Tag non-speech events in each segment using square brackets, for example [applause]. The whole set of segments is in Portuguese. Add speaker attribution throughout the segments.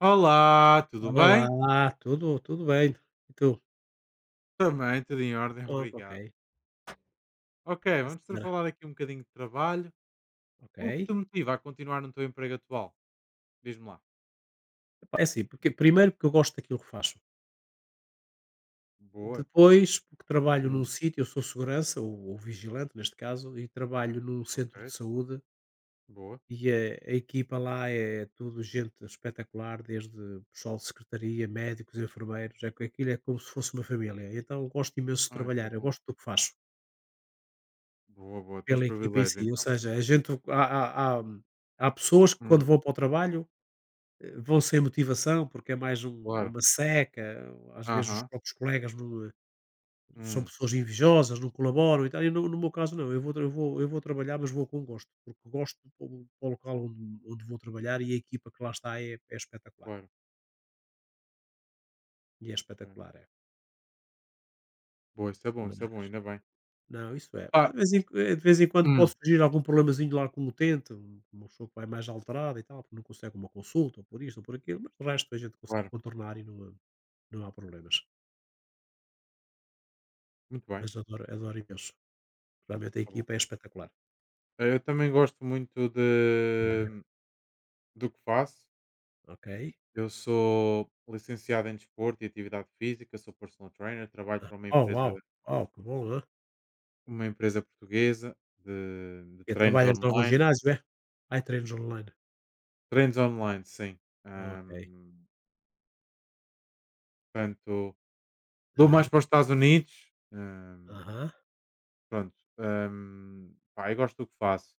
Speaker 1: Olá, tudo bem?
Speaker 2: Olá, tudo bem. E tu?
Speaker 1: Também, tudo em ordem, [laughs]
Speaker 2: Opa. Ok,
Speaker 1: obrigado. Ok,
Speaker 2: sim
Speaker 1: vamos ter
Speaker 2: senhora,
Speaker 1: falar aqui um bocadinho de trabalho. O que
Speaker 2: ok.
Speaker 1: te motiva a continuar no teu emprego atual? Diz-me lá.
Speaker 2: Epá, é assim, porque primeiro porque eu gosto daquilo que faço,
Speaker 1: Boa.
Speaker 2: depois porque trabalho num
Speaker 1: Hum,
Speaker 2: sítio, eu sou segurança ou vigilante neste caso, e trabalho num centro de
Speaker 1: ok,
Speaker 2: saúde
Speaker 1: boa.
Speaker 2: e a equipa lá é tudo gente espetacular, desde pessoal de secretaria, médicos, enfermeiros, é que aquilo é como se fosse uma família. Então eu gosto imenso de
Speaker 1: Ah, isso é
Speaker 2: trabalhar, eu
Speaker 1: bom.
Speaker 2: gosto do que faço,
Speaker 1: Boa, boa. Tens
Speaker 2: pela equipa em
Speaker 1: privilégio
Speaker 2: si. Ou
Speaker 1: então.
Speaker 2: seja, a gente, há pessoas que, quando
Speaker 1: Hum,
Speaker 2: vão para o trabalho, vão sem motivação, porque é mais um, é
Speaker 1: claro.
Speaker 2: uma seca. Às vezes os
Speaker 1: Aham.
Speaker 2: próprios colegas não, são
Speaker 1: Hum,
Speaker 2: pessoas invejosas, não colaboram e tal, e no meu caso não. Eu vou trabalhar, mas vou com gosto, porque gosto do local onde vou trabalhar, e a equipa que lá está é espetacular,
Speaker 1: claro.
Speaker 2: e é
Speaker 1: É.
Speaker 2: espetacular, é.
Speaker 1: Boa, isso é bom,
Speaker 2: Mas
Speaker 1: ainda bem.
Speaker 2: não, isso é. Mas
Speaker 1: Ah,
Speaker 2: de vez em quando pode
Speaker 1: hum,
Speaker 2: surgir algum problemazinho lá com o utente, uma pessoa que vai mais alterada e tal, porque não consegue uma consulta, ou por isto ou por aquilo, mas o resto a gente consegue
Speaker 1: claro.
Speaker 2: contornar e não há problemas.
Speaker 1: Muito bem.
Speaker 2: Mas adoro adoro imenso. Realmente a
Speaker 1: Tá bom.
Speaker 2: equipa é espetacular.
Speaker 1: Eu também gosto muito do que faço.
Speaker 2: Ok.
Speaker 1: Eu sou licenciado em desporto e atividade física, sou personal trainer, trabalho
Speaker 2: Ah,
Speaker 1: para
Speaker 2: oh, uau, uau, que bom, hã.
Speaker 1: uma empresa portuguesa de
Speaker 2: E
Speaker 1: treinos
Speaker 2: trabalhas em algum
Speaker 1: online.
Speaker 2: ginásio, é? Ah, é treinos online.
Speaker 1: Treinos online, sim.
Speaker 2: Ah, ok.
Speaker 1: Portanto, dou mais
Speaker 2: Aham,
Speaker 1: para os Estados Unidos.
Speaker 2: aham,
Speaker 1: Pronto. Pá, eu gosto do que faço.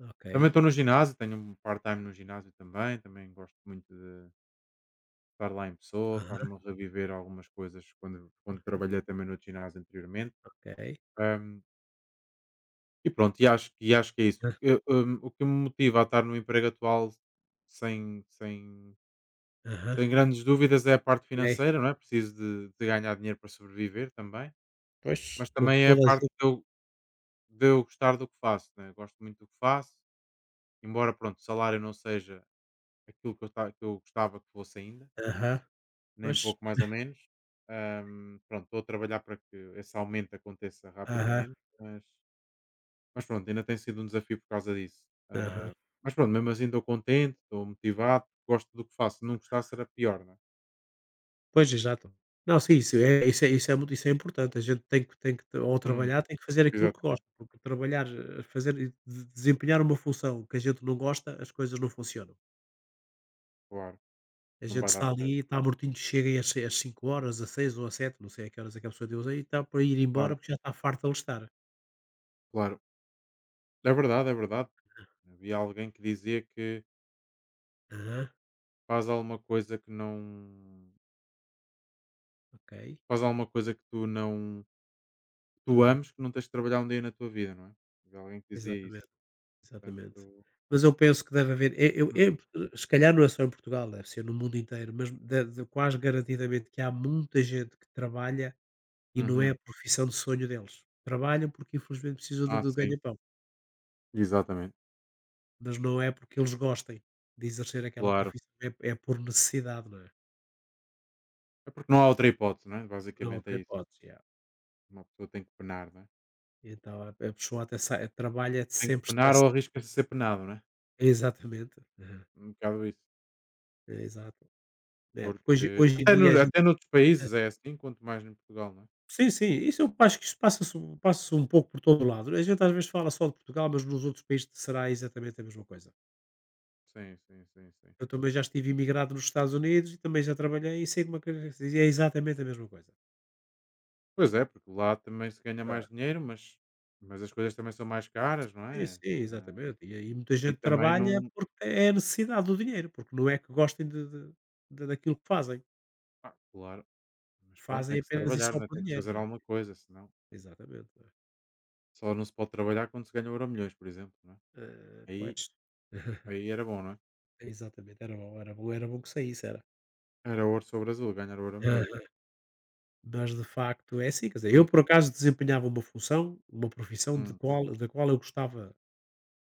Speaker 2: ok.
Speaker 1: Também estou no ginásio, tenho um part-time no ginásio também. Também gosto muito de estar lá em pessoa,
Speaker 2: Aham,
Speaker 1: faz-me reviver algumas coisas quando trabalhei também no ginásio anteriormente.
Speaker 2: ok.
Speaker 1: E pronto, e acho que é
Speaker 2: Hã,
Speaker 1: isso. Eu, o que me motiva a estar no emprego atual sem sem
Speaker 2: aham,
Speaker 1: sem grandes dúvidas é a parte
Speaker 2: ok.
Speaker 1: financeira, não é? Preciso de ganhar dinheiro para sobreviver também,
Speaker 2: Pois,
Speaker 1: mas
Speaker 2: tudo
Speaker 1: também é a
Speaker 2: tudo
Speaker 1: parte
Speaker 2: assim.
Speaker 1: de eu gostar do que faço, né? Gosto muito do que faço, embora pronto, o salário não seja aquilo que eu gostava que fosse ainda,
Speaker 2: Aham,
Speaker 1: nem
Speaker 2: pois.
Speaker 1: pouco mais ou menos. Pronto, estou a trabalhar para que esse aumento aconteça
Speaker 2: Aham,
Speaker 1: rapidamente, mas Mas pronto, ainda tem sido um desafio por causa disso.
Speaker 2: aham.
Speaker 1: Ah, mas pronto, mesmo assim estou contente, estou motivado, gosto do que faço. Se não gostar, será pior, não é?
Speaker 2: Pois, exato. Não, sim, isso é isso é isso é muito isso é importante. A gente tem que, ao
Speaker 1: Hum,
Speaker 2: trabalhar, tem que fazer aquilo que gosta,
Speaker 1: exatamente,
Speaker 2: porque trabalhar, fazer e de desempenhar uma função que a gente não gosta, as coisas não funcionam.
Speaker 1: claro.
Speaker 2: A
Speaker 1: Não
Speaker 2: gente
Speaker 1: vai dar
Speaker 2: está
Speaker 1: certo.
Speaker 2: ali, está mortinho, chega aí às se às 17h, às seis ou às sete, não sei a que horas é que a pessoa deu aí, está para ir embora
Speaker 1: Claro,
Speaker 2: porque já está farto de alistar.
Speaker 1: claro. É verdade, é verdade. Havia alguém que dizia que
Speaker 2: Aham,
Speaker 1: faz alguma coisa que não.
Speaker 2: ok.
Speaker 1: Faz alguma coisa que tu não. Tu
Speaker 2: Aham,
Speaker 1: ames, que não tens de trabalhar um dia na tua vida, não é? Havia alguém que dizia isso.
Speaker 2: exatamente, exatamente.
Speaker 1: Portanto.
Speaker 2: Mas eu penso que deve haver, e eu se calhar não é só em Portugal, deve ser no mundo inteiro, mas quase garantidamente que há muita gente que trabalha e não é a
Speaker 1: Uhum.
Speaker 2: profissão de sonho deles. Trabalham porque infelizmente precisam do
Speaker 1: Ah,
Speaker 2: do
Speaker 1: sim.
Speaker 2: ganha-pão,
Speaker 1: Exatamente.
Speaker 2: mas não é porque eles gostem de exercer aquela
Speaker 1: Claro.
Speaker 2: profissão, é por necessidade, não é?
Speaker 1: É porque não há outra hipótese, não é?
Speaker 2: Não há
Speaker 1: Basicamente
Speaker 2: outra
Speaker 1: é isso.
Speaker 2: hipótese, é.
Speaker 1: Uma pessoa tem que penar, não é?
Speaker 2: E então a pessoa até sai, trabalha
Speaker 1: Tem que
Speaker 2: sempre
Speaker 1: penar ou
Speaker 2: estressada.
Speaker 1: arrisca-se a ser penado, não é?
Speaker 2: Exatamente. Aham.
Speaker 1: Um bocado isso.
Speaker 2: É, exato. É, porque hoje
Speaker 1: Porque
Speaker 2: hoje em
Speaker 1: até,
Speaker 2: dia a gente,
Speaker 1: até noutros países é assim, quanto mais em Portugal, não é?
Speaker 2: sim, sim, isso eu acho que isso passa-se, passa um pouco por todo o lado. A gente às vezes fala só de Portugal, mas nos outros países será exatamente a mesma coisa.
Speaker 1: Sim, sim, sim, sim.
Speaker 2: Eu também já estive imigrado nos Estados Unidos e também já trabalhei e sei como é que é, exatamente a mesma coisa.
Speaker 1: Pois é, porque lá também se ganha
Speaker 2: Ah,
Speaker 1: mais dinheiro, mas as coisas também são mais caras, não
Speaker 2: sim, sim,
Speaker 1: é? Ah,
Speaker 2: exatamente. E aí muita
Speaker 1: e
Speaker 2: gente
Speaker 1: também
Speaker 2: trabalha
Speaker 1: não.
Speaker 2: porque é a necessidade do dinheiro, porque não é que gostem de daquilo que fazem.
Speaker 1: Ah, claro, mas pronto,
Speaker 2: Fazem
Speaker 1: tem que se
Speaker 2: apenas e
Speaker 1: trabalhar,
Speaker 2: só
Speaker 1: não é?
Speaker 2: por
Speaker 1: Tem que se
Speaker 2: dinheiro, não
Speaker 1: fazer
Speaker 2: é?
Speaker 1: alguma coisa, senão
Speaker 2: Exatamente.
Speaker 1: só não se pode trabalhar quando se ganha euro milhões, por exemplo, não é?
Speaker 2: Eh,
Speaker 1: Aí,
Speaker 2: pois, [laughs]
Speaker 1: aí era bom, não é?
Speaker 2: exatamente, era bom, era bom, era bom que saísse, era.
Speaker 1: Era ouro sobre azul, ganhar euro
Speaker 2: [laughs]
Speaker 1: milhões.
Speaker 2: Aham. Mas de facto é assim, quer dizer, eu
Speaker 1: Hum,
Speaker 2: por acaso desempenhava uma função, uma profissão
Speaker 1: hum,
Speaker 2: da qual eu gostava,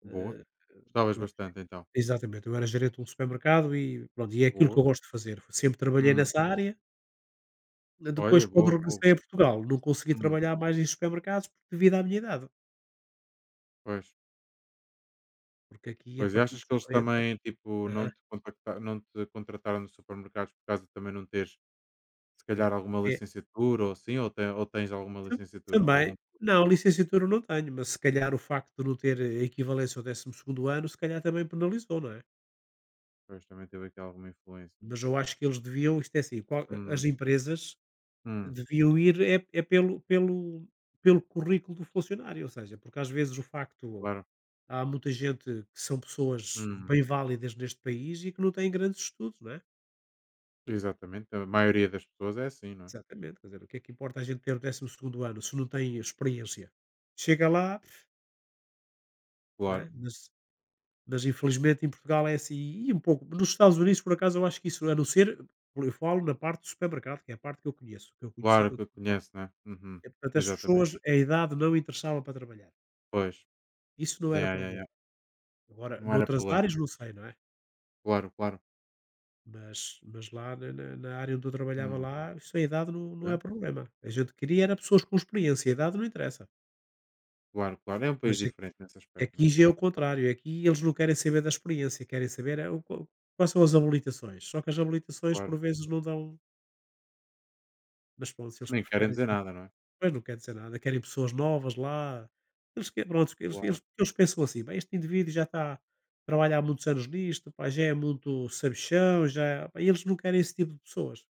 Speaker 1: boa.
Speaker 2: eh,
Speaker 1: Gostavas
Speaker 2: eu era-
Speaker 1: bastante então.
Speaker 2: exatamente, eu era gerente de um supermercado e pronto, e é aquilo que
Speaker 1: Boa.
Speaker 2: eu gosto de fazer, sempre trabalhei
Speaker 1: Hum.
Speaker 2: nessa área. Depois,
Speaker 1: Olha,
Speaker 2: quando
Speaker 1: boa, boa,
Speaker 2: regressei a
Speaker 1: boa.
Speaker 2: Portugal, não consegui
Speaker 1: Uhum.
Speaker 2: trabalhar mais em supermercados devido à minha idade,
Speaker 1: Pois.
Speaker 2: porque aqui a
Speaker 1: Pois, e
Speaker 2: partir
Speaker 1: achas
Speaker 2: dos
Speaker 1: que eles
Speaker 2: 40.
Speaker 1: também, tipo,
Speaker 2: Aham.
Speaker 1: não te contrataram nos supermercados por causa de também não teres, se calhar, alguma
Speaker 2: Ok,
Speaker 1: licenciatura ou assim, ou tens alguma
Speaker 2: Tam
Speaker 1: licenciatura? Ou
Speaker 2: também.
Speaker 1: algum
Speaker 2: Não, licenciatura não tenho, mas se calhar o facto de não ter a equivalência ao 12.º ano, se calhar também penalizou, não é?
Speaker 1: pois, também teve aqui alguma influência.
Speaker 2: Mas eu acho que eles deviam, isto é assim, qual as
Speaker 1: Hum,
Speaker 2: empresas
Speaker 1: hum,
Speaker 2: deviam ir é é pelo currículo do funcionário. Ou seja, porque às vezes o facto,
Speaker 1: claro.
Speaker 2: há muita gente que são pessoas
Speaker 1: Hum,
Speaker 2: bem válidas neste país e que não têm grandes estudos, não é?
Speaker 1: exatamente. A maioria das pessoas é assim, não é?
Speaker 2: Exatamente, quer dizer, o que é que importa a gente ter o 12º ano se não tem experiência? Chega lá, não
Speaker 1: Claro,
Speaker 2: é? Mas infelizmente em Portugal é assim, e um pouco nos Estados Unidos por acaso eu acho que isso, a não ser, eu falo na parte do supermercado, que é a parte que eu conheço, que eu conheci
Speaker 1: claro
Speaker 2: quando
Speaker 1: que
Speaker 2: estive lá.
Speaker 1: conhece, não é? Uhum,
Speaker 2: Portanto, as
Speaker 1: exatamente.
Speaker 2: pessoas, a idade não interessava para trabalhar,
Speaker 1: Pois.
Speaker 2: isso não era
Speaker 1: Yeah, yeah,
Speaker 2: problema.
Speaker 1: yeah.
Speaker 2: Agora,
Speaker 1: Não era
Speaker 2: noutras
Speaker 1: problema. Não
Speaker 2: áreas
Speaker 1: é?
Speaker 2: não sei, não é?
Speaker 1: Claro, claro.
Speaker 2: Mas lá na área onde eu trabalhava
Speaker 1: Hum,
Speaker 2: lá, isso a idade não é
Speaker 1: ok.
Speaker 2: problema. A gente queria era pessoas com experiência, a idade não interessa.
Speaker 1: Claro, claro. É um
Speaker 2: Mas
Speaker 1: país
Speaker 2: a
Speaker 1: diferente nesse aspecto, não é?
Speaker 2: aqui já é o contrário, aqui eles não querem saber da experiência, querem saber é o qual quais são as habilitações, só que as habilitações
Speaker 1: Claro.
Speaker 2: por vezes não dão. Mas pronto, se eles
Speaker 1: Nem querem
Speaker 2: preferem,
Speaker 1: dizer nada, não é?
Speaker 2: pois não quer dizer nada, querem pessoas novas lá, eles que pronto, eles
Speaker 1: Claro,
Speaker 2: eles eles pensam assim: "Bem, este indivíduo já está, trabalha há muitos anos nisto, pá, já é muito sabichão, já" é, pá, e eles não querem esse tipo de pessoas.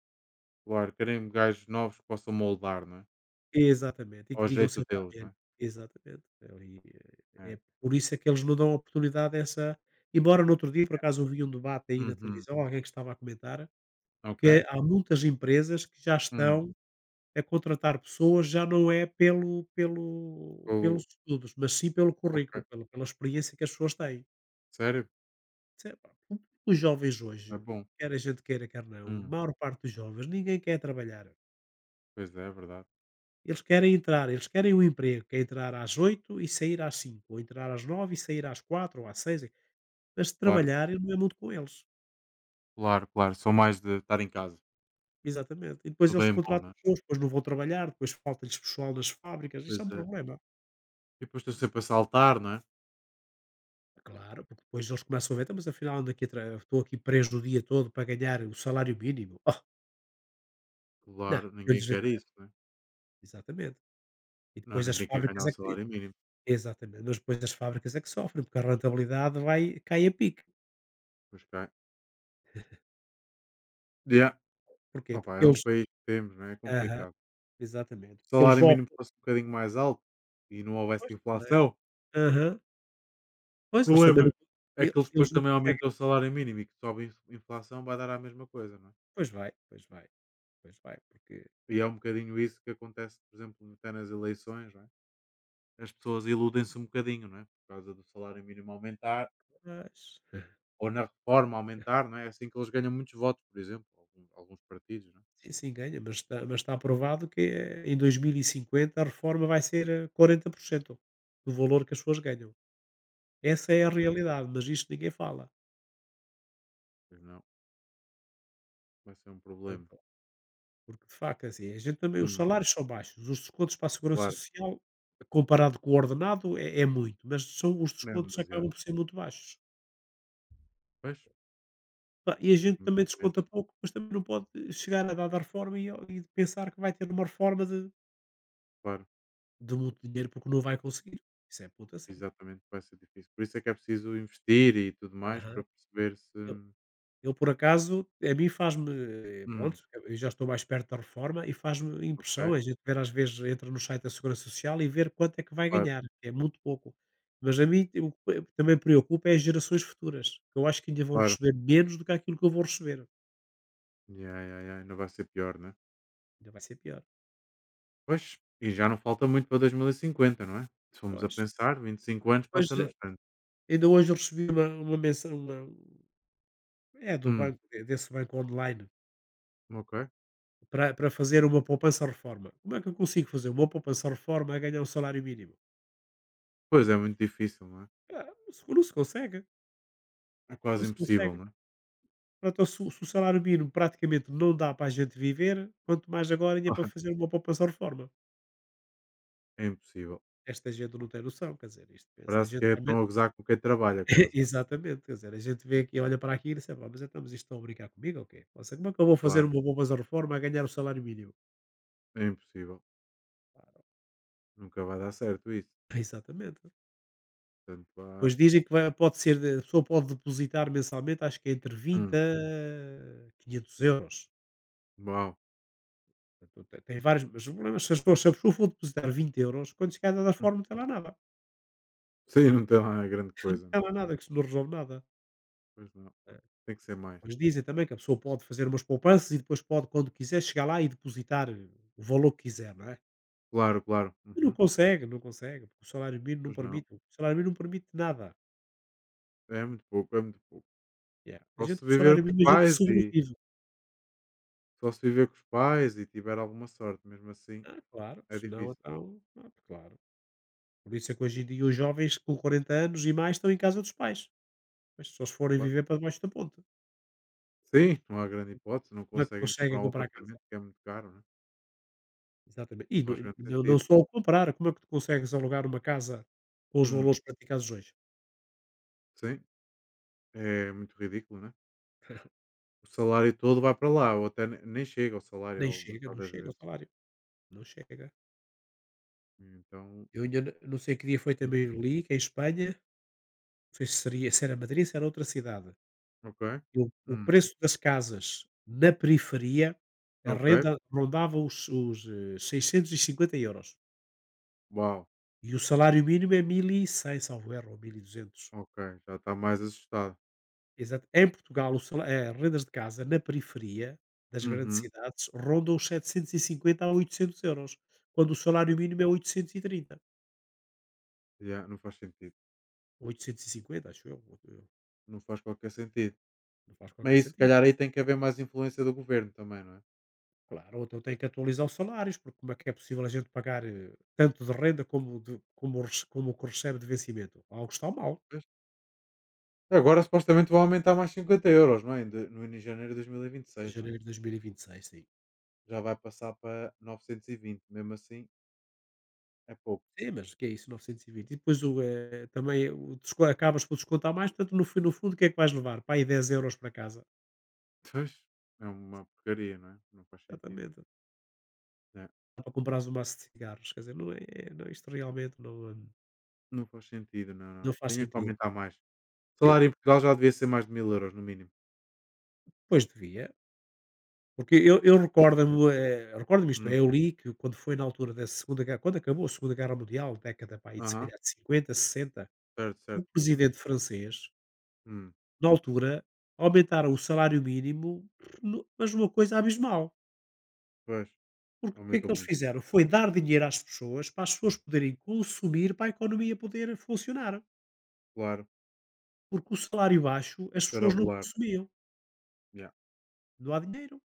Speaker 1: claro. Querem gajos novos que possam moldar, não é?
Speaker 2: Exatamente, e que
Speaker 1: Ao
Speaker 2: digam
Speaker 1: jeito
Speaker 2: sempre
Speaker 1: deles,
Speaker 2: amém.
Speaker 1: não é?
Speaker 2: Exatamente. Ali,
Speaker 1: É.
Speaker 2: é por isso é que eles não dão oportunidade a essa, embora no outro dia, por
Speaker 1: Yeah.
Speaker 2: acaso, ouvi um debate aí na
Speaker 1: Uhum.
Speaker 2: televisão, alguém que estava a comentar,
Speaker 1: Ok.
Speaker 2: que há muitas empresas que já
Speaker 1: Hum.
Speaker 2: estão a contratar pessoas já não é pelos
Speaker 1: O-
Speaker 2: estudos, mas sim pelo currículo,
Speaker 1: Ok.
Speaker 2: pela experiência que as pessoas têm.
Speaker 1: Sério?
Speaker 2: Isso é pá, o os jovens hoje,
Speaker 1: É bom.
Speaker 2: quer a gente queira, quer não, a
Speaker 1: Hum.
Speaker 2: maior parte dos jovens, ninguém quer trabalhar.
Speaker 1: Pois é, é verdade.
Speaker 2: Eles querem entrar, eles querem um emprego, que é entrar às 8h e sair às cinco, ou entrar às 9h e sair às 16h ou às seis. Mas
Speaker 1: Claro,
Speaker 2: trabalhar não é muito com eles.
Speaker 1: claro, claro. Sou mais de estar em casa.
Speaker 2: Exatamente. E depois
Speaker 1: Estou
Speaker 2: eles
Speaker 1: bem bom, não
Speaker 2: contratam
Speaker 1: é?
Speaker 2: pessoas, depois não vão trabalhar, depois falta-lhes pessoal nas fábricas, isso
Speaker 1: Pois
Speaker 2: é um
Speaker 1: é.
Speaker 2: problema.
Speaker 1: E depois estou sempre a saltar, não é?
Speaker 2: Claro, porque depois eles começam a ver: "Então, mas afinal ando aqui a tra estou aqui preso o dia todo para ganhar o salário mínimo. [laughs] Oh, não,
Speaker 1: Claro,
Speaker 2: eu lhes
Speaker 1: ninguém quer
Speaker 2: entrego".
Speaker 1: isso, não é?
Speaker 2: Exatamente. E
Speaker 1: Não,
Speaker 2: depois as
Speaker 1: ninguém quer
Speaker 2: fábricas
Speaker 1: ganhar o
Speaker 2: é que,
Speaker 1: salário mínimo.
Speaker 2: exatamente, mas depois as fábricas é que sofrem, porque a rentabilidade vai cai a pique.
Speaker 1: Pois cai. Yeah.
Speaker 2: Porquê?
Speaker 1: Opa,
Speaker 2: Porque
Speaker 1: é um
Speaker 2: eles,
Speaker 1: país que temos, não é? É
Speaker 2: aham,
Speaker 1: complicado.
Speaker 2: exatamente.
Speaker 1: Se o
Speaker 2: Porque eles
Speaker 1: salário mínimo
Speaker 2: optam,
Speaker 1: fosse um bocadinho mais alto e não
Speaker 2: depois
Speaker 1: houvesse
Speaker 2: também.
Speaker 1: inflação.
Speaker 2: Aham.
Speaker 1: O
Speaker 2: Pois, eles também
Speaker 1: problema
Speaker 2: não,
Speaker 1: é
Speaker 2: e
Speaker 1: que eles depois
Speaker 2: eles não
Speaker 1: também aumentam
Speaker 2: conseguem,
Speaker 1: o salário mínimo e que sobe a inflação, vai dar à mesma coisa, não é?
Speaker 2: pois vai, pois vai, pois vai, porque,
Speaker 1: E é um bocadinho isso que acontece, por exemplo, até nas eleições, não é? As pessoas iludem-se um bocadinho, não é? Por causa do salário mínimo aumentar
Speaker 2: mas,
Speaker 1: ou na reforma aumentar, não é? É assim que eles ganham muitos votos, por exemplo, algum alguns partidos, não é?
Speaker 2: sim, sim, ganha, mas está aprovado que, em 2050 a reforma vai ser, 40% do valor que as pessoas ganham. Essa é a
Speaker 1: Exatamente,
Speaker 2: realidade, mas isto ninguém fala.
Speaker 1: pois não, vai ser um problema.
Speaker 2: Portanto, porque, de facto, é assim, a gente também, os
Speaker 1: Hum,
Speaker 2: salários são baixos, os descontos para a Segurança
Speaker 1: claro,
Speaker 2: Social, comparado com o ordenado, é, é muito, mas são, os
Speaker 1: mesmo
Speaker 2: descontos
Speaker 1: demasiado.
Speaker 2: acabam por ser muito baixos.
Speaker 1: Pois,
Speaker 2: Pá, e a
Speaker 1: é
Speaker 2: gente
Speaker 1: muito
Speaker 2: também
Speaker 1: mesmo,
Speaker 2: desconta pouco, mas também não pode chegar a dada reforma e pensar que vai ter uma reforma
Speaker 1: claro,
Speaker 2: de muito dinheiro, porque não vai conseguir. Isso é puta
Speaker 1: exatamente, vai ser difícil. Por isso é que é preciso investir e tudo mais
Speaker 2: certo.
Speaker 1: para perceber se
Speaker 2: Ele por acaso, a mim faz-me,
Speaker 1: hum,
Speaker 2: pronto, eu já estou mais perto da reforma e faz-me impressão,
Speaker 1: ok.
Speaker 2: a gente ver às vezes entra no site da Segurança Social e ver quanto é que vai
Speaker 1: Claro,
Speaker 2: ganhar, que é muito pouco. Mas a mim o que também preocupa é as gerações futuras, que eu acho que ainda vão
Speaker 1: claro.
Speaker 2: receber menos do que aquilo que eu vou receber,
Speaker 1: Ya, ya, ya, ainda vai ser pior, né?
Speaker 2: ainda vai ser pior.
Speaker 1: Pois, e já não falta muito para 2050, não é? Se formos a
Speaker 2: Pois,
Speaker 1: pensar, 25 anos
Speaker 2: pois,
Speaker 1: passa num instante.
Speaker 2: ainda hoje eu recebi uma mensa uma é do
Speaker 1: Hum,
Speaker 2: banco, é desse banco online,
Speaker 1: ok.
Speaker 2: para fazer uma poupança-reforma. Como é que eu consigo fazer uma poupança-reforma a ganhar um salário mínimo?
Speaker 1: Pois é muito difícil, não é?
Speaker 2: Ah, não se consegue.
Speaker 1: É
Speaker 2: Não
Speaker 1: quase
Speaker 2: se
Speaker 1: impossível,
Speaker 2: consegue.
Speaker 1: não é?
Speaker 2: Pronto, então, se o salário mínimo praticamente não dá para a gente viver, quanto mais agora ainda é para fazer uma poupança-reforma.
Speaker 1: [laughs] É impossível.
Speaker 2: Esta gente não tem noção, quer dizer, isto pensa, a
Speaker 1: Parece que
Speaker 2: gente realmente,
Speaker 1: estão a gozar com quem trabalha quase,
Speaker 2: [laughs]
Speaker 1: não é?
Speaker 2: exatamente, quer dizer, a gente vê aqui,
Speaker 1: Uhum,
Speaker 2: olha para aqui e sabe: "Ah, pá, mas então, mas isto estão a brincar comigo ou quê? Ou seja, como é que eu vou fazer
Speaker 1: claro,
Speaker 2: uma poupança-reforma a ganhar o salário mínimo?"
Speaker 1: é impossível. Nunca vai dar certo isso.
Speaker 2: [laughs] Exatamente.
Speaker 1: Portanto, vá.
Speaker 2: Pois dizem que pode ser, a pessoa pode depositar mensalmente, acho que é entre vinte
Speaker 1: Hum,
Speaker 2: a quinhentos euros.
Speaker 1: uau.
Speaker 2: Portanto, tem vários, mas o problema é, se a pessoa for depositar 20 euros, quando chegar a dar
Speaker 1: Hum.
Speaker 2: forma não tem lá nada.
Speaker 1: Sim, não tem lá grande
Speaker 2: Isso não
Speaker 1: coisa, não é?
Speaker 2: acaba nada, que isso não resolve nada.
Speaker 1: Pois não.
Speaker 2: Eh,
Speaker 1: Tem que ser mais.
Speaker 2: eles dizem também que a pessoa pode fazer umas poupanças e depois pode, quando quiser, chegar lá e depositar, o valor que quiser, não é?
Speaker 1: Claro, claro.
Speaker 2: E não
Speaker 1: Uhum.
Speaker 2: consegue, não consegue, porque o salário mínimo não
Speaker 1: Pois não.
Speaker 2: permite, o salário mínimo não permite nada.
Speaker 1: É muito pouco, é muito pouco.
Speaker 2: Yeah. A
Speaker 1: Só
Speaker 2: gente
Speaker 1: se
Speaker 2: com o
Speaker 1: viver
Speaker 2: salário
Speaker 1: com os
Speaker 2: mínimo, a gente
Speaker 1: pais e
Speaker 2: sobrevive.
Speaker 1: Só se viver com os pais e tiver alguma sorte, mesmo assim
Speaker 2: Ah, claro,
Speaker 1: é
Speaker 2: senão
Speaker 1: difícil,
Speaker 2: então, ah, claro. Por isso é que hoje em dia os jovens com 40 anos e mais estão em casa dos pais, mas só se forem
Speaker 1: claro.
Speaker 2: viver para debaixo da ponte,
Speaker 1: Sim, não há grande hipótese, não
Speaker 2: como é que
Speaker 1: conseguem comprar
Speaker 2: conseguem
Speaker 1: um
Speaker 2: comprar casa?
Speaker 1: apartamento que é muito caro, né,
Speaker 2: Exatamente. E
Speaker 1: não
Speaker 2: não
Speaker 1: faz grande
Speaker 2: não não
Speaker 1: sentido.
Speaker 2: só o comprar, como é que tu consegues alugar uma casa com os
Speaker 1: Hum,
Speaker 2: valores praticados hoje?
Speaker 1: sim, é muito ridículo, né. O salário todo vai para lá ou até ne nem chega o salário
Speaker 2: Nem
Speaker 1: ao
Speaker 2: chega,
Speaker 1: metade
Speaker 2: não
Speaker 1: das
Speaker 2: chega ao
Speaker 1: vezes.
Speaker 2: salário, não chega.
Speaker 1: Então
Speaker 2: Eu ainda n não sei que dia foi, também
Speaker 1: uhum,
Speaker 2: li que é em Espanha, não sei se era Madrid, se era outra cidade,
Speaker 1: ok.
Speaker 2: que o
Speaker 1: Hum,
Speaker 2: preço das casas na periferia, a
Speaker 1: ok.
Speaker 2: renda rondava os €650. E 50 euros.
Speaker 1: Uau,
Speaker 2: E o salário mínimo é 1.100, salvo erro, ou 1.200.
Speaker 1: ok, já está mais assustado.
Speaker 2: Exato. Em Portugal, rendas de casa na periferia das grandes
Speaker 1: Uhum,
Speaker 2: cidades rondam os 750 a 800 euros, quando o salário
Speaker 1: pois,
Speaker 2: mínimo é 830,
Speaker 1: yeah, não faz sentido,
Speaker 2: ou 850, acho eu, ou eu
Speaker 1: não faz qualquer sentido.
Speaker 2: não faz
Speaker 1: Mas
Speaker 2: qualquer
Speaker 1: aí se
Speaker 2: sentido.
Speaker 1: calhar aí tem que haver mais influência do governo também, não é?
Speaker 2: Claro, ou então tem que atualizar os salários, porque como é que é possível a gente pagar, tanto de renda como o que recebe de vencimento? Algo está mal.
Speaker 1: Pois. Agora supostamente vão aumentar mais 50 euros, não é? Em de no em janeiro de
Speaker 2: Em
Speaker 1: 2026, não é?
Speaker 2: janeiro de 2026, sim.
Speaker 1: Já vai passar para 920, mesmo assim é pouco.
Speaker 2: Sim, mas o que é isso, 920? E 20? E depois também o desco acabas por descontar mais, portanto, no fundo, o que é que vais levar? Para aí 10 euros para casa.
Speaker 1: Pois, é uma porcaria, não é? Não faz sentido.
Speaker 2: Exatamente.
Speaker 1: É,
Speaker 2: Dá para comprar um maço de cigarros, quer dizer, não é, não, é, isto realmente não,
Speaker 1: não faz sentido, não,
Speaker 2: não
Speaker 1: não.
Speaker 2: faz
Speaker 1: Tinha que
Speaker 2: sentido. Pá.
Speaker 1: aumentar mais. O
Speaker 2: Eu
Speaker 1: salário em Portugal já devia ser mais de 1000 euros no mínimo.
Speaker 2: pois devia, porque eu recordo-me, recordo-me, isto
Speaker 1: Hum.
Speaker 2: é, eu li que quando foi na altura da Segunda Guerra, quando acabou a Segunda Guerra Mundial, década pá aí de se
Speaker 1: Aham.
Speaker 2: calhar de 50, 60,
Speaker 1: Certo,
Speaker 2: o
Speaker 1: certo. Uhum.
Speaker 2: presidente francês,
Speaker 1: Hum.
Speaker 2: na altura, aumentaram o salário mínimo, no mas uma coisa abismal,
Speaker 1: Pois,
Speaker 2: porque o que é que
Speaker 1: aumentou
Speaker 2: eles
Speaker 1: muito, né?
Speaker 2: fizeram? Foi dar dinheiro às pessoas, para as pessoas poderem consumir, para a economia poder funcionar.
Speaker 1: Claro.
Speaker 2: Porque o salário baixo, as
Speaker 1: Começar a
Speaker 2: pessoas não
Speaker 1: rolar.
Speaker 2: consumiam,
Speaker 1: Já.
Speaker 2: não há dinheiro.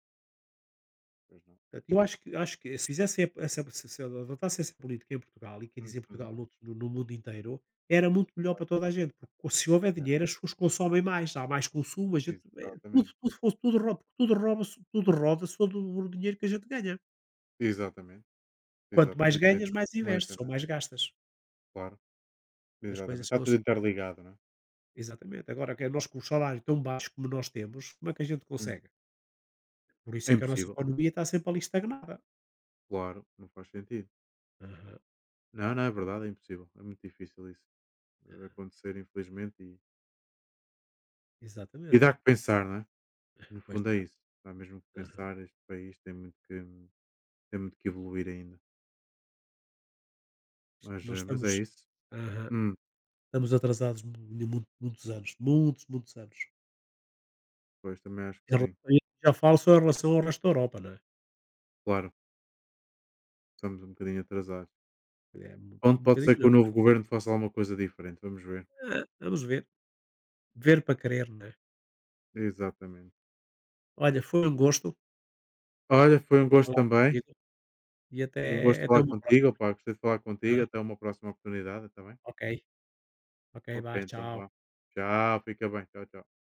Speaker 1: Pois não.
Speaker 2: Portanto, eu acho que se fizessem essa, se adotasse essa política em Portugal, e quer dizer
Speaker 1: Uhum.
Speaker 2: Portugal, noutro no no mundo inteiro, era muito melhor para toda a gente, porque se houver
Speaker 1: Yeah,
Speaker 2: dinheiro as pessoas consomem mais, há mais consumo, tudo
Speaker 1: exatamente.
Speaker 2: tudo fo tudo ro tudo roda sobre o dinheiro que a gente ganha.
Speaker 1: Exatamente,
Speaker 2: Quanto mais
Speaker 1: exatamente, tem
Speaker 2: ganhas,
Speaker 1: toda
Speaker 2: mais
Speaker 1: influência,
Speaker 2: investes ou
Speaker 1: não é?
Speaker 2: mais gastas,
Speaker 1: Claro,
Speaker 2: porque as coisas
Speaker 1: exatamente,
Speaker 2: são
Speaker 1: está tudo
Speaker 2: assim mesmo.
Speaker 1: interligado, não é?
Speaker 2: Exatamente. Agora que nós com o salário tão baixo como nós temos, como é que a gente
Speaker 1: Hum.
Speaker 2: consegue? Por isso
Speaker 1: É
Speaker 2: é que a nossa
Speaker 1: impossível,
Speaker 2: economia está sempre ali estagnada.
Speaker 1: claro, não faz sentido.
Speaker 2: Aham.
Speaker 1: Não, não, é verdade, é impossível, é muito difícil isso acontecer, infelizmente, e
Speaker 2: Exatamente,
Speaker 1: dá que pensar, não é? No
Speaker 2: pois
Speaker 1: fundo é
Speaker 2: dá.
Speaker 1: isso, dá mesmo que
Speaker 2: Aham.
Speaker 1: pensar, este país tem muito que evoluir ainda, mas,
Speaker 2: Nós
Speaker 1: eh, mas é
Speaker 2: estamos,
Speaker 1: isso.
Speaker 2: aham,
Speaker 1: Hum,
Speaker 2: estamos atrasados mu mu muitos anos, muitos, muitos anos.
Speaker 1: pois, também acho que
Speaker 2: Em
Speaker 1: sim,
Speaker 2: rela E já falo só em relação ao resto da Europa, não é.
Speaker 1: claro, estamos um bocadinho atrasados.
Speaker 2: É um
Speaker 1: Onde
Speaker 2: um
Speaker 1: pode
Speaker 2: bocadinho,
Speaker 1: ser que
Speaker 2: não.
Speaker 1: o novo governo faça alguma coisa diferente, vamos ver.
Speaker 2: Ah, vamos ver, ver para crer, não é.
Speaker 1: Exatamente.
Speaker 2: Olha, foi um gosto
Speaker 1: Olha, foi um gosto
Speaker 2: falar
Speaker 1: também.
Speaker 2: contigo e
Speaker 1: Um gosto
Speaker 2: até
Speaker 1: falar
Speaker 2: uma
Speaker 1: contigo,
Speaker 2: próxima.
Speaker 1: opá, gostei de falar contigo,
Speaker 2: Aham,
Speaker 1: até uma próxima oportunidade, está bem?
Speaker 2: ok, ok,
Speaker 1: Ok,
Speaker 2: vá,
Speaker 1: então
Speaker 2: tchau.
Speaker 1: vá. Tchau, fica bem. Tchau, tchau.